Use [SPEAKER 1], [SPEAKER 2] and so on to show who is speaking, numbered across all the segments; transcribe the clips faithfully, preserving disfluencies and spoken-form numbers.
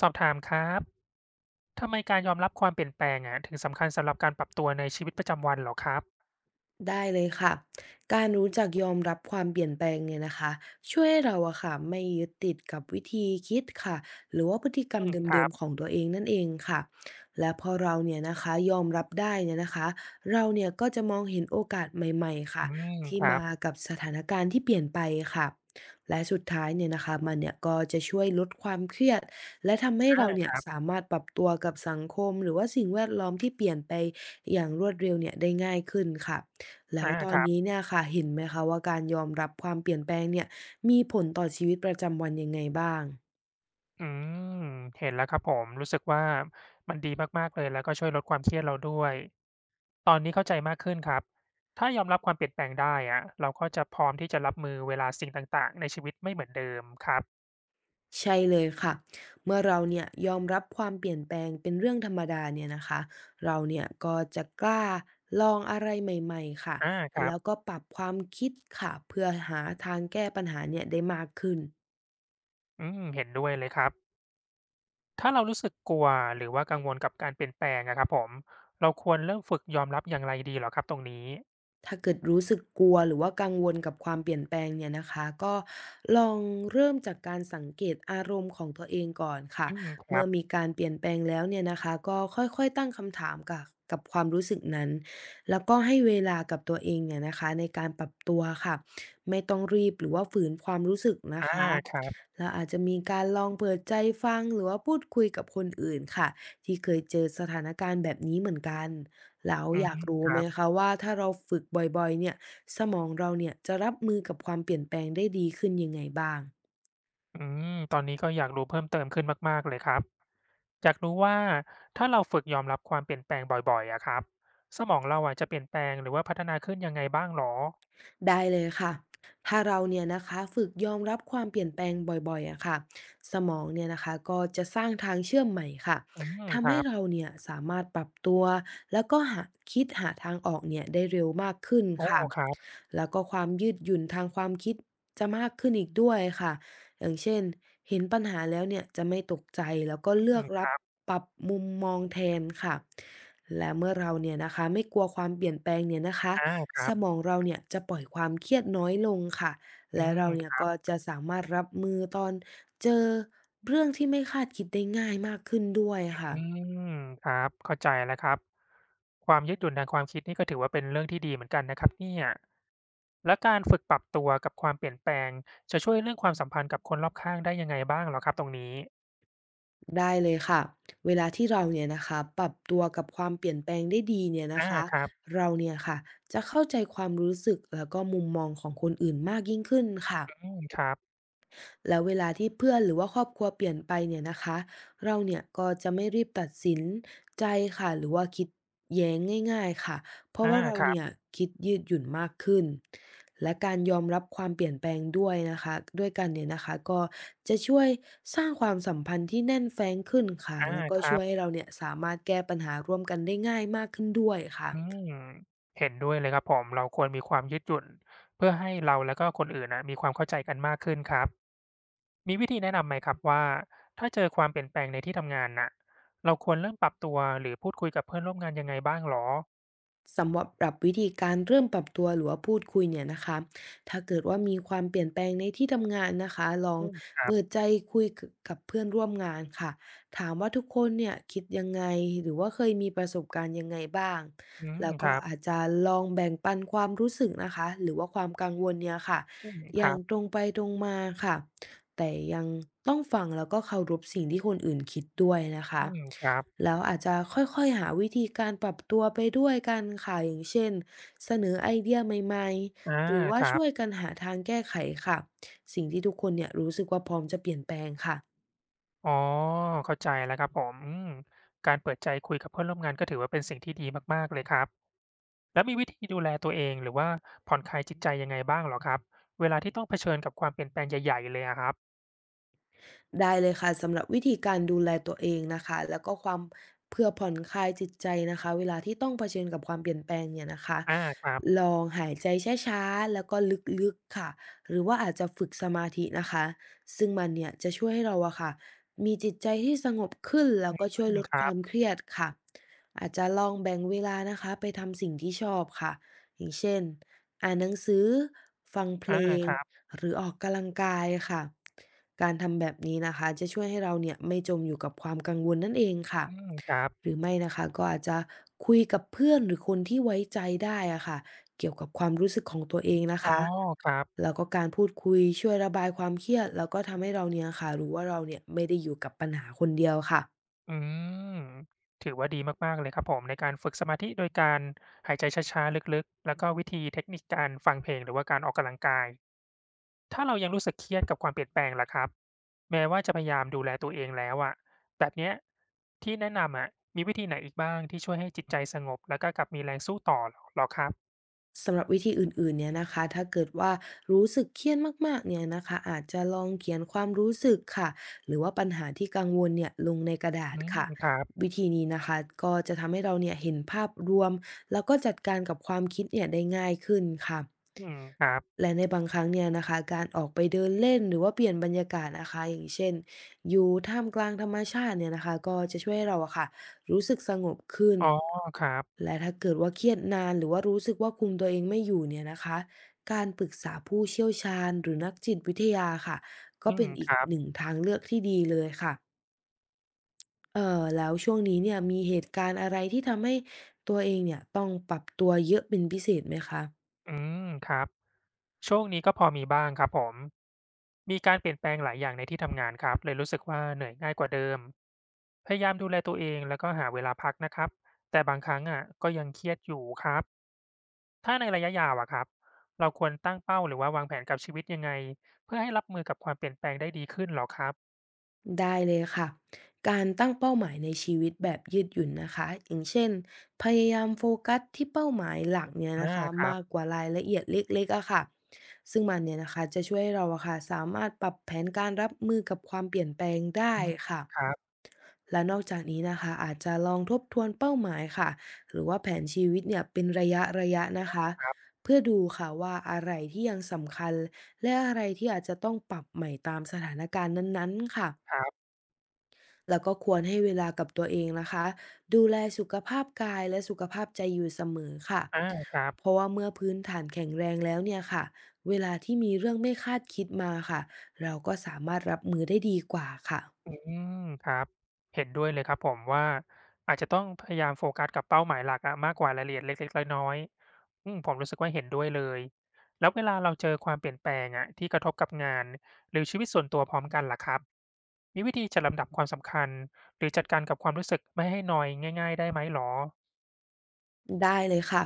[SPEAKER 1] สอบถามครับ ทำไมการยอมรับความเปลี่ยนแปลงอะถึงสำคัญสำหรับการปรับตัวในชีวิตประจำวันเหรอครับ
[SPEAKER 2] ได้เลยค่ะการรู้จักยอมรับความเปลี่ยนแปลงเนี่ยนะคะช่วยให้เราอะค่ะไม่ยึดติดกับวิธีคิดค่ะหรือว่าพฤติกรร
[SPEAKER 1] อื
[SPEAKER 2] ม
[SPEAKER 1] ม
[SPEAKER 2] เ
[SPEAKER 1] ครั
[SPEAKER 2] ดิม
[SPEAKER 1] บ
[SPEAKER 2] ๆของตัวเองนั่นเองค่ะและพอเราเนี่ยนะคะยอมรับได้เนี่ยนะคะเราเนี่ยก็จะมองเห็นโอกาสใหม่ๆค่ะ
[SPEAKER 1] อืม
[SPEAKER 2] ที่
[SPEAKER 1] ครั
[SPEAKER 2] มา
[SPEAKER 1] บ
[SPEAKER 2] กับสถานการณ์ที่เปลี่ยนไปค่ะและสุดท้ายเนี่ยนะคะมันเนี่ยก็จะช่วยลดความเครียดและทำให้
[SPEAKER 1] อ
[SPEAKER 2] เรา
[SPEAKER 1] า
[SPEAKER 2] เนี่ยสามารถปรับตัวกับสังคมหรือว่าสิ่งแวดล้อมที่เปลี่ยนไปอย่างรวดเร็วเนี่ยได้ง่ายขึ้นค่ะ แล้ว
[SPEAKER 1] อา
[SPEAKER 2] ตอ
[SPEAKER 1] ค
[SPEAKER 2] น
[SPEAKER 1] รั
[SPEAKER 2] นี้
[SPEAKER 1] บ
[SPEAKER 2] เนี่ยค่ะเห็นไหมคะว่าการยอมรับความเปลี่ยนแปลงเนี่ยมีผลต่อชีวิตประจำวันยังไงบ้าง
[SPEAKER 1] อืมเห็นแล้วครับผมรู้สึกว่ามันดีมากๆเลยแล้วก็ช่วยลดความเครียดเราด้วยตอนนี้เข้าใจมากขึ้นครับถ้ายอมรับความเปลี่ยนแปลงได้อะเราก็จะพร้อมที่จะรับมือเวลาสิ่งต่างๆในชีวิตไม่เหมือนเดิมครับ
[SPEAKER 2] ใช่เลยค่ะเมื่อเราเนี่ยยอมรับความเปลี่ยนแปลงเป็นเรื่องธรรมดาเนี่ยนะคะเราเนี่ยก็จะกล้าลองอะไรใหม่ๆค่ะ
[SPEAKER 1] อาครับ
[SPEAKER 2] แล้วก็ปรับความคิดค่ะเพื่อหาทางแก้ปัญหาเนี่ยได้มากขึ้น
[SPEAKER 1] อืมเห็นด้วยเลยครับ ถ้าเรารู้สึกกลัวหรือว่ากังวลกับการเปลี่ยนแปลงอะครับผมเราควรเริ่มฝึกยอมรับอย่างไรดีเหรอครับตรงนี้
[SPEAKER 2] ถ้าเกิดรู้สึกกลัวหรือว่ากังวลกับความเปลี่ยนแปลงเนี่ยนะคะก็ลองเริ่มจากการสังเกตอารมณ์ของตัวเองก่อนค่ะ
[SPEAKER 1] อืมครั
[SPEAKER 2] เมื่อ
[SPEAKER 1] บ
[SPEAKER 2] มีการเปลี่ยนแปลงแล้วเนี่ยนะคะก็ค่อยๆตั้งคำถามกับกับความรู้สึกนั้นแล้วก็ให้เวลากับตัวเองเนี่ยนะคะในการปรับตัวค่ะไม่ต้องรีบหรือว่าฝืนความรู้สึกนะ
[SPEAKER 1] อา
[SPEAKER 2] คะ
[SPEAKER 1] ครับ
[SPEAKER 2] เราอาจจะมีการลองเปิดใจฟังหรือว่าพูดคุยกับคนอื่นค่ะที่เคยเจอสถานการณ์แบบนี้เหมือนกัน แล้ว
[SPEAKER 1] อื
[SPEAKER 2] อ
[SPEAKER 1] อ
[SPEAKER 2] ยาก
[SPEAKER 1] ฮึ
[SPEAKER 2] รู้
[SPEAKER 1] ค
[SPEAKER 2] ไหม
[SPEAKER 1] รับ
[SPEAKER 2] คะว่าถ้าเราฝึกบ่อยๆเนี่ยสมองเราเนี่ยจะรับมือกับความเปลี่ยนแปลงได้ดีขึ้นยังไงบ้าง
[SPEAKER 1] อืม ตอนนี้ก็อยากรู้เพิ่มเติมขึ้นมากๆเลยครับอยากรู้ว่าถ้าเราฝึกยอมรับความเปลี่ยนแปลงบ่อยๆอะครับ สมองเราอะจะเปลี่ยนแปลงหรือว่าพัฒนาขึ้นยังไงบ้างเหรอ
[SPEAKER 2] ได้เลยค่ะถ้าเราเนี่ยนะคะฝึกยอมรับความเปลี่ยนแปลงบ่อยๆอะค่ะสมองเนี่ยนะคะก็จะสร้างทางเชื่อมใหม่ค่ะ
[SPEAKER 1] อืมค
[SPEAKER 2] ทำให้
[SPEAKER 1] รับ
[SPEAKER 2] เราเนี่ยสามารถปรับตัวแล้วก็หาคิดหาทางออกเนี่ยได้เร็วมากขึ้น
[SPEAKER 1] โอ้
[SPEAKER 2] ค่ะ
[SPEAKER 1] ครับ
[SPEAKER 2] แล้วก็ความยืดหยุ่นทางความคิดจะมากขึ้นอีกด้วยค่ะ อย่างเช่นเห็นปัญหาแล้วเนี่ยจะไม่ตกใจแล้วก็เลื
[SPEAKER 1] อื
[SPEAKER 2] อกรั
[SPEAKER 1] ม
[SPEAKER 2] บปรับมุมมองแทนค่ะและเมื่อเราเนี่ยนะคะไม่กลัวความเปลี่ยนแปลงเนี่ยนะคะ
[SPEAKER 1] อาค
[SPEAKER 2] ส
[SPEAKER 1] รับ
[SPEAKER 2] มองเราเนี่ยจะปล่อยความเครียดน้อยลงค่ะ
[SPEAKER 1] อื
[SPEAKER 2] และ
[SPEAKER 1] ม
[SPEAKER 2] เราเนี่ยก็จะสามารถรับมือตอนเจอเรื่องที่ไม่คาดคิดได้ง่ายมากขึ้นด้วยค่ะ
[SPEAKER 1] อืมครับเข้าใจแล้วครับความยืดหยุ่นทางความคิดนี่ก็ถือว่าเป็นเรื่องที่ดีเหมือนกันนะครับเนี่ยและการฝึกปรับตัวกับความเปลี่ยนแปลงจะช่วยเรื่องความสัมพันธ์กับคนรอบข้างได้ยังไงบ้างเหรอครับตรงนี้
[SPEAKER 2] ได้เลยค่ะ เวลาที่เราเนี่ยนะคะปรับตัวกับความเปลี่ยนแปลงได้ดีเนี่ยนะ
[SPEAKER 1] อา
[SPEAKER 2] คะ
[SPEAKER 1] ครับ
[SPEAKER 2] เราเนี่ยค่ะจะเข้าใจความรู้สึกแล้วก็มุมมองของคนอื่นมากยิ่งขึ้นค่ะ
[SPEAKER 1] อืมครับ
[SPEAKER 2] แล้วเวลาที่เพื่อนหรือว่าครอบครัวเปลี่ยนไปเนี่ยนะคะเราเนี่ยก็จะไม่รีบตัดสินใจค่ะหรือว่าคิดแย้งง่ายๆค่ะเพราะ
[SPEAKER 1] อา
[SPEAKER 2] ว่าเรา
[SPEAKER 1] ครั
[SPEAKER 2] เนี่ย
[SPEAKER 1] บ
[SPEAKER 2] คิดยืดหยุ่นมากขึ้นและการยอมรับความเปลี่ยนแปลงด้วยนะคะด้วยกันเนี่ยนะคะก็จะช่วยสร้างความสัมพันธ์ที่แน่นแฟ้งขึ้นค่ะ
[SPEAKER 1] อา
[SPEAKER 2] แล้วก็
[SPEAKER 1] ครั
[SPEAKER 2] ช่ว
[SPEAKER 1] บ
[SPEAKER 2] ยให้เราเนี่ยสามารถแก้ปัญหาร่วมกันได้ง่ายมากขึ้นด้วยค่ะ
[SPEAKER 1] อืมเห็นด้วยเลยครับผมเราควรมีความยืดหยุ่นเพื่อให้เราแล้วก็คนอื่นน่ะมีความเข้าใจกันมากขึ้นครับ มีวิธีแนะนำไหมครับว่าถ้าเจอความเปลี่ยนแปลงในที่ทำงานน่ะเราควรเริ่มปรับตัวหรือพูดคุยกับเพื่อนร่วมงานยังไงบ้างเหรอ
[SPEAKER 2] สำหรับปรับวิธีการเริ่มปรับตัวหรือว่าพูดคุยเนี่ยนะคะถ้าเกิดว่ามีความเปลี่ยนแปลงในที่ทำงานนะคะลอง
[SPEAKER 1] อืมครับ
[SPEAKER 2] เปิดใจคุยกับเพื่อนร่วมงานค่ะถามว่าทุกคนเนี่ยคิดยังไงหรือว่าเคยมีประสบการณ์ยังไงบ้าง
[SPEAKER 1] อืม
[SPEAKER 2] แล้ว
[SPEAKER 1] ค
[SPEAKER 2] ก็
[SPEAKER 1] รับ
[SPEAKER 2] อาจจะลองแบ่งปันความรู้สึกนะคะหรือว่าความกังวลเนี่ยค่ะ
[SPEAKER 1] อืม
[SPEAKER 2] อ
[SPEAKER 1] ค
[SPEAKER 2] ย่า
[SPEAKER 1] รั
[SPEAKER 2] ง
[SPEAKER 1] บ
[SPEAKER 2] ตรงไปตรงมาค่ะ แต่ยังต้องฟังแล้วก็เคารพสิ่งที่คนอื่นคิดด้วยนะคะ
[SPEAKER 1] อืมครับ
[SPEAKER 2] แล้วอาจจะค่อยๆหาวิธีการปรับตัวไปด้วยกันค่ะอย่างเช่นเสนอไอเดียใหม่
[SPEAKER 1] อา
[SPEAKER 2] ๆหรือว่า
[SPEAKER 1] ครั
[SPEAKER 2] ช่วย
[SPEAKER 1] บ
[SPEAKER 2] กันหาทางแก้ไขค่ะสิ่งที่ทุกคนเนี่ยรู้สึกว่าพร้อมจะเปลี่ยนแปลงค่ะ
[SPEAKER 1] อ๋อเข้าใจแล้วครับผมอืมการเปิดใจคุยกับเพื่อนร่วมงานก็ถือว่าเป็นสิ่งที่ดีมากๆเลยครับแล้วมีวิธีดูแลตัวเองหรือว่าผ่อนคลายจิตใจยังไงบ้างเหรอครับเวลาที่ต้องเผชิญกับความเปลี่ยนแปลงใหญ่ๆเลยอะครับ
[SPEAKER 2] ได้เลยค่ะสำหรับวิธีการดูแลตัวเองนะคะแล้วก็ความเพื่อผ่อนคลายจิตใจนะคะเวลาที่ต้องเผชิญกับความเปลี่ยนแปลงเนี่ยนะคะ
[SPEAKER 1] อาครับ
[SPEAKER 2] ลองหายใจช้าๆแล้วก็ลึกๆค่ะหรือว่าอาจจะฝึกสมาธินะคะซึ่งมันเนี่ยจะช่วยให้เราอะค่ะมีจิตใจที่สงบขึ้นแล้วก็ช่วย
[SPEAKER 1] อื
[SPEAKER 2] ล
[SPEAKER 1] ม
[SPEAKER 2] ด
[SPEAKER 1] ค
[SPEAKER 2] ค
[SPEAKER 1] รั
[SPEAKER 2] วา
[SPEAKER 1] บ
[SPEAKER 2] มเครียดค่ะอาจจะลองแบ่งเวลานะคะไปทำสิ่งที่ชอบค่ะอย่างเช่นอ่านหนังสือฟังเพ
[SPEAKER 1] อา
[SPEAKER 2] ลง
[SPEAKER 1] ครับ
[SPEAKER 2] หรือออกกำลังกายค่ะ การทำแบบนี้นะคะจะช่วยให้เราเนี่ยไม่จมอยู่กับความกังวลนั่นเองค่ะ
[SPEAKER 1] อืมครับ
[SPEAKER 2] หรือไม่นะคะก็อาจจะคุยกับเพื่อนหรือคนที่ไว้ใจได้อะค่ะเกี่ยวกับความรู้สึกของตัวเองนะ
[SPEAKER 1] อ๋อ
[SPEAKER 2] คะ
[SPEAKER 1] ครับ
[SPEAKER 2] แล้วก็การพูดคุยช่วยระบายความเครียดแล้วก็ทำให้เราเนี่ยค่ะรู้ว่าเราเนี่ยไม่ได้อยู่กับปัญหาคนเดียวค่ะ
[SPEAKER 1] อืมถือว่าดีมากๆเลยครับผมในการฝึกสมาธิโดยการหายใจช้าๆลึกๆแล้วก็วิธีเทคนิคการฟังเพลงหรือว่าการออกกำลังกายถ้าเรายังรู้สึกเครียดกับความเปลี่ยนแปลงล่ะครับแม้ว่าจะพยายามดูแลตัวเองแล้วอะแบบเนี้ยที่แนะนำอะมีวิธีไหนอีกบ้างที่ช่วยให้จิตใจสงบแล้วก็กลับมีแรงสู้ต่อเหรอหรอครับ
[SPEAKER 2] สำหรับวิธีอื่นๆเนี่ยนะคะถ้าเกิดว่ารู้สึกเครียดมากๆเนี่ยนะคะอาจจะลองเขียนความรู้สึกค่ะหรือว่าปัญหาที่กังวลเนี่ยลงในกระดา
[SPEAKER 1] อื
[SPEAKER 2] ษ
[SPEAKER 1] ม
[SPEAKER 2] ค่ะ
[SPEAKER 1] ครับ
[SPEAKER 2] วิธีนี้นะคะก็จะทำให้เราเนี่ยเห็นภาพรวมแล้วก็จัดการกับความคิดเนี่ยได้ง่ายขึ้นค่ะ
[SPEAKER 1] อืมครับ
[SPEAKER 2] และในบางครั้งเนี่ยนะคะการออกไปเดินเล่นหรือว่าเปลี่ยนบรรยากาศนะคะอย่างเช่นอยู่ท่ามกลางธรรมชาติเนี่ยนะคะก็จะช่วยให้เราอะค่ะ รู้สึกสงบขึ้น
[SPEAKER 1] อ๋อครับ
[SPEAKER 2] และถ้าเกิดว่าเครียดนานหรือว่ารู้สึกว่าคุมตัวเองไม่อยู่เนี่ยนะคะการปรึกษาผู้เชี่ยวชาญหรือนักจิตวิทยาค่ะก็
[SPEAKER 1] อื
[SPEAKER 2] เป็
[SPEAKER 1] ม
[SPEAKER 2] น
[SPEAKER 1] ค
[SPEAKER 2] อีก
[SPEAKER 1] รั
[SPEAKER 2] หนึ่ง
[SPEAKER 1] บ
[SPEAKER 2] ทางเลือกที่ดีเลยค่ะเอ่อแล้วช่วงนี้เนี่ยมีเหตุการณ์อะไรที่ทำให้ตัวเองเนี่ยต้องปรับตัวเยอะเป็นพิเศษไหมคะ
[SPEAKER 1] อืมครับช่วงนี้ก็พอมีบ้างครับผมมีการเปลี่ยนแปลงหลายอย่างในที่ทำงานครับเลยรู้สึกว่าเหนื่อยง่ายกว่าเดิมพยายามดูแลตัวเองแล้วก็หาเวลาพักนะครับแต่บางครั้งอ่ะก็ยังเครียดอยู่ครับถ้าในระยะยาวอะครับเราควรตั้งเป้าหรือว่าวางแผนกับชีวิตยังไงเพื่อให้รับมือกับความเปลี่ยนแปลงได้ดีขึ้นเหรอครับ
[SPEAKER 2] ได้เลยค่ะการตั้งเป้าหมายในชีวิตแบบยืดหยุ่นนะคะอย่างเช่นพยายามโฟกัสที่เป้าหมายหลักเนี่ยนะ
[SPEAKER 1] อา
[SPEAKER 2] คะ
[SPEAKER 1] ครั
[SPEAKER 2] มา
[SPEAKER 1] บ
[SPEAKER 2] กกว่ารายละเอียดเล็กๆอะค่ะซึ่งมันเนี่ยนะคะจะช่วยให้เราอะค่ะสามารถปรับแผนการรับมือกับความเปลี่ยนแปลงได้
[SPEAKER 1] อืม
[SPEAKER 2] ค่ะ
[SPEAKER 1] ครับ
[SPEAKER 2] และนอกจากนี้นะคะอาจจะลองทบทวนเป้าหมายค่ะหรือว่าแผนชีวิตเนี่ยเป็นระยะระยะนะคะ
[SPEAKER 1] ครับ
[SPEAKER 2] เพื่อดูค่ะว่าอะไรที่ยังสำคัญและอะไรที่อาจจะต้องปรับใหม่ตามสถานการณ์นั้นๆค่ะ
[SPEAKER 1] ครับ
[SPEAKER 2] แล้วก็ควรให้เวลากับตัวเองนะคะดูแลสุขภาพกายและสุขภาพใจอยู่เสมอค่ะ
[SPEAKER 1] อาครั
[SPEAKER 2] เพราะ
[SPEAKER 1] บ
[SPEAKER 2] ว่าเมื่อพื้นฐานแข็งแรงแล้วเนี่ยค่ะเวลาที่มีเรื่องไม่คาดคิดมาค่ะเราก็สามารถรับมือได้ดีกว่าค่ะ
[SPEAKER 1] อืมครับเห็นด้วยเลยครับผมว่าอาจจะต้องพยายามโฟกัสกับเป้าหมายหลักอะมากกว่ารายละเอียดเล็กๆน้อยๆอืมผมรู้สึกว่าเห็นด้วยเลยแล้วเวลาเราเจอความเปลี่ยนแปลงอะที่กระทบกับงานหรือชีวิตส่วนตัวพร้อมกันล่ะครับมีวิธีจัดลำดับความสำคัญหรือจัดการกับความรู้สึกไม่ให้นอยง่ายๆได้ไหมหรอ
[SPEAKER 2] ได้เลยค่ะ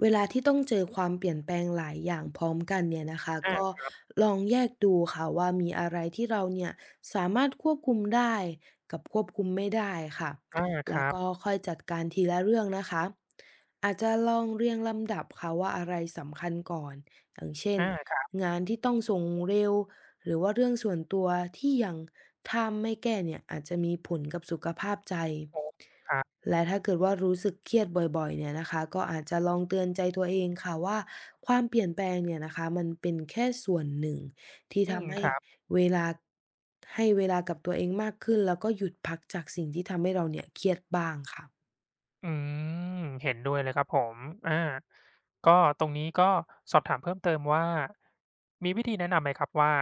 [SPEAKER 2] เวลาที่ต้องเจอความเปลี่ยนแปลงหลายอย่างพร้อมกันเนี่ยนะคะก็
[SPEAKER 1] อา
[SPEAKER 2] ลองแยกดูค่ะว่ามีอะไรที่เราเนี่ยสามารถควบคุมได้กับควบคุมไม่ได้ค่ะ
[SPEAKER 1] อาค
[SPEAKER 2] แล้ว
[SPEAKER 1] รับ
[SPEAKER 2] ก็ค่อยจัดการทีละเรื่องนะคะอาจจะลองเรียงลำดับค่ะว่าอะไรสำคัญก่อนอย่างเช่น
[SPEAKER 1] อาครับ
[SPEAKER 2] งานที่ต้องส่งเร็วหรือว่าเรื่องส่วนตัวที่ยังถ้าไม่แก้เนี่ยอาจจะมีผลกับสุขภาพใจ
[SPEAKER 1] ผมครับ
[SPEAKER 2] และถ้าเกิดว่ารู้สึกเครียดบ่อยๆเนี่ยนะคะก็อาจจะลองเตือนใจตัวเองค่ะว่าความเปลี่ยนแปลงเนี่ยนะคะมันเป็นแค่ส่วนหนึ่งที่
[SPEAKER 1] อืม
[SPEAKER 2] ทำให้
[SPEAKER 1] ครับ
[SPEAKER 2] เวลาให้เวลากับตัวเองมากขึ้นแล้วก็หยุดพักจากสิ่งที่ทำให้เราเนี่ยเครียดบ้างค่ะ
[SPEAKER 1] อืมเห็นด้วยเลยครับผมอาก็ตรงนี้ก็สอบถามเพิ่มเติมว่ามีวิธีแนะนำไหมครับว่า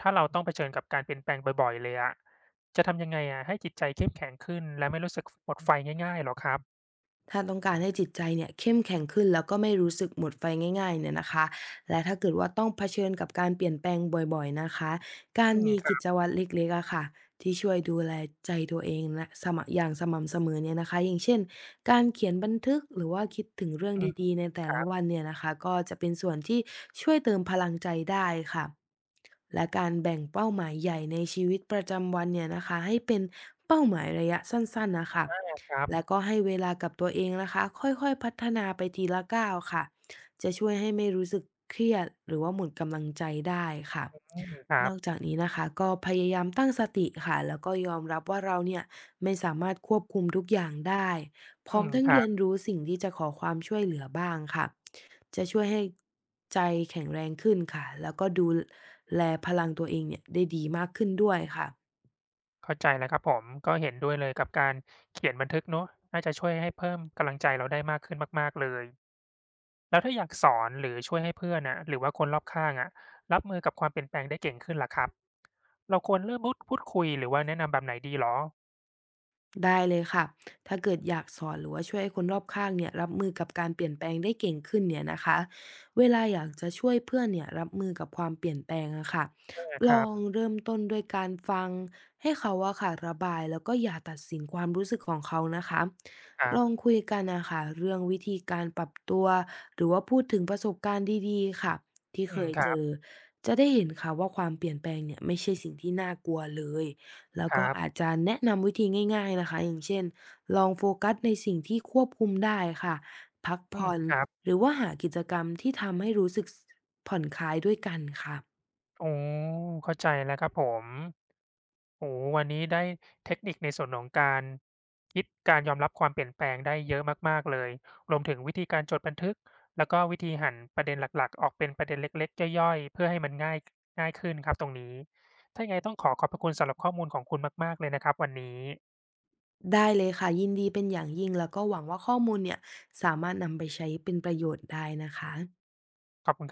[SPEAKER 1] ถ้าเราต้องเผชิญกับการเปลี่ยนแปลงบ่อยๆเลยอะจะทำยังไงอะให้จิตใจเข้มแข็งขึ้นและไม่รู้สึกหมดไฟง่ายๆหรอครับ
[SPEAKER 2] ถ้าต้องการให้จิตใจเนี่ยเข้มแข็งขึ้นแล้วก็ไม่รู้สึกหมดไฟง่ายๆเนี่ยนะคะและถ้าเกิดว่าต้องเผชิญกับการเปลี่ยนแปลงบ่อยๆนะคะการ
[SPEAKER 1] อืม
[SPEAKER 2] มี
[SPEAKER 1] ครั
[SPEAKER 2] กิจ
[SPEAKER 1] บ
[SPEAKER 2] วัตรเล็กๆอะค่ะที่ช่วยดูแลใจตัวเองและสม่ำอย่างสม่ำเสมอเนี่ยนะคะอย่างเช่นการเขียนบันทึกหรือว่าคิดถึงเรื่อง
[SPEAKER 1] อืม
[SPEAKER 2] ดีๆในแต่
[SPEAKER 1] ครั
[SPEAKER 2] ละ
[SPEAKER 1] บ
[SPEAKER 2] วันเนี่ยนะคะก็จะเป็นส่วนที่ช่วยเติมพลังใจได้ค่ะและการแบ่งเป้าหมายใหญ่ในชีวิตประจำวันเนี่ยนะคะให้เป็นเป้าหมายระยะสั้นๆน่ะค่ะ
[SPEAKER 1] ครั
[SPEAKER 2] แล้
[SPEAKER 1] บ
[SPEAKER 2] วก็ให้เวลากับตัวเองนะคะค่อยๆพัฒนาไปทีละก้าวค่ะจะช่วยให้ไม่รู้สึกเครียดหรือว่าหมดกำลังใจได้ค่ะ
[SPEAKER 1] อืมครั
[SPEAKER 2] นอก
[SPEAKER 1] บ
[SPEAKER 2] จากนี้นะคะก็พยายามตั้งสติค่ะแล้วก็ยอมรับว่าเราเนี่ยไม่สามารถควบคุมทุกอย่างได้พ
[SPEAKER 1] อื
[SPEAKER 2] ร้อม
[SPEAKER 1] ม
[SPEAKER 2] ทั้ง
[SPEAKER 1] ครั
[SPEAKER 2] เรียน
[SPEAKER 1] บ
[SPEAKER 2] รู้สิ่งที่จะขอความช่วยเหลือบ้างค่ะจะช่วยให้ใจแข็งแรงขึ้นค่ะแล้วก็ดูแลพลังตัวเองเนี่ยได้ดีมากขึ้นด้วยค่ะ
[SPEAKER 1] เข้าใจแล้วครับผมก็เห็นด้วยเลยกับการเขียนบันทึกเนอะน่าจะช่วยให้เพิ่มกำลังใจเราได้มากขึ้นมากๆเลย แล้วถ้าอยากสอนหรือช่วยให้เพื่อนน่ะหรือว่าคนรอบข้างอะรับมือกับความเปลี่ยนแปลงได้เก่งขึ้นล่ะครับเราควรเริ่มพูดพูดคุยหรือว่าแนะนำแบบไหนดีเหรอ
[SPEAKER 2] ได้เลยค่ะถ้าเกิดอยากสอนหรือว่าช่วยให้คนรอบข้างเนี่ยรับมือกับการเปลี่ยนแปลงได้เก่งขึ้นเนี่ยนะคะเวลาอยากจะช่วยเพื่อนเนี่ยรับมือกับความเปลี่ยนแปลงอะค่ะ
[SPEAKER 1] เออค
[SPEAKER 2] ลอ
[SPEAKER 1] รับ
[SPEAKER 2] ง
[SPEAKER 1] ๆ
[SPEAKER 2] เริ่มต้นด้วยการฟังให้เขาอะค่ะระบายแล้วก็อย่าตัดสินความรู้สึกของเขานะคะลองคุยกันนะคะเรื่องวิธีการปรับตัวหรือว่าพูดถึงประสบการณ์ดีๆค่ะที่
[SPEAKER 1] อื
[SPEAKER 2] เค
[SPEAKER 1] ม
[SPEAKER 2] ย
[SPEAKER 1] ครั
[SPEAKER 2] เจอ
[SPEAKER 1] บ
[SPEAKER 2] จะได้เห็นค่ะว่าความเปลี่ยนแปลงเนี่ยไม่ใช่สิ่งที่น่ากลัวเลย แล้ว
[SPEAKER 1] ค
[SPEAKER 2] ก็
[SPEAKER 1] รั
[SPEAKER 2] อาจ
[SPEAKER 1] บ
[SPEAKER 2] จะแนะนำวิธีง่ายๆนะคะอย่างเช่นลองโฟกัสในสิ่งที่ควบคุมได้ค่ะพัก
[SPEAKER 1] อืม
[SPEAKER 2] ผ่อน
[SPEAKER 1] ครับ
[SPEAKER 2] หรือว่าหากิจกรรมที่ทำให้รู้สึกผ่อนคลายด้วยกันค่ะ
[SPEAKER 1] โอ้เข้าใจแล้วครับผมโอ้โฮวันนี้ได้เทคนิคในส่วนของการคิดการยอมรับความเปลี่ยนแปลงได้เยอะมากๆเลยรวมถึงวิธีการจดบันทึกแล้วก็วิธีหั่นประเด็นหลักๆออกเป็นประเด็นเล็กๆย่อยๆเพื่อให้มันง่ายง่ายขึ้นครับตรงนี้ถ้ายังไงต้องขอขอบพระคุณสำหรับข้อมูลของคุณมากๆเลยนะครับวันนี้
[SPEAKER 2] ได้เลยค่ะยินดีเป็นอย่างยิ่งแล้วก็หวังว่าข้อมูลเนี่ยสามารถนำไปใช้เป็นประโยชน์ได้นะคะ
[SPEAKER 1] ขอบคุณ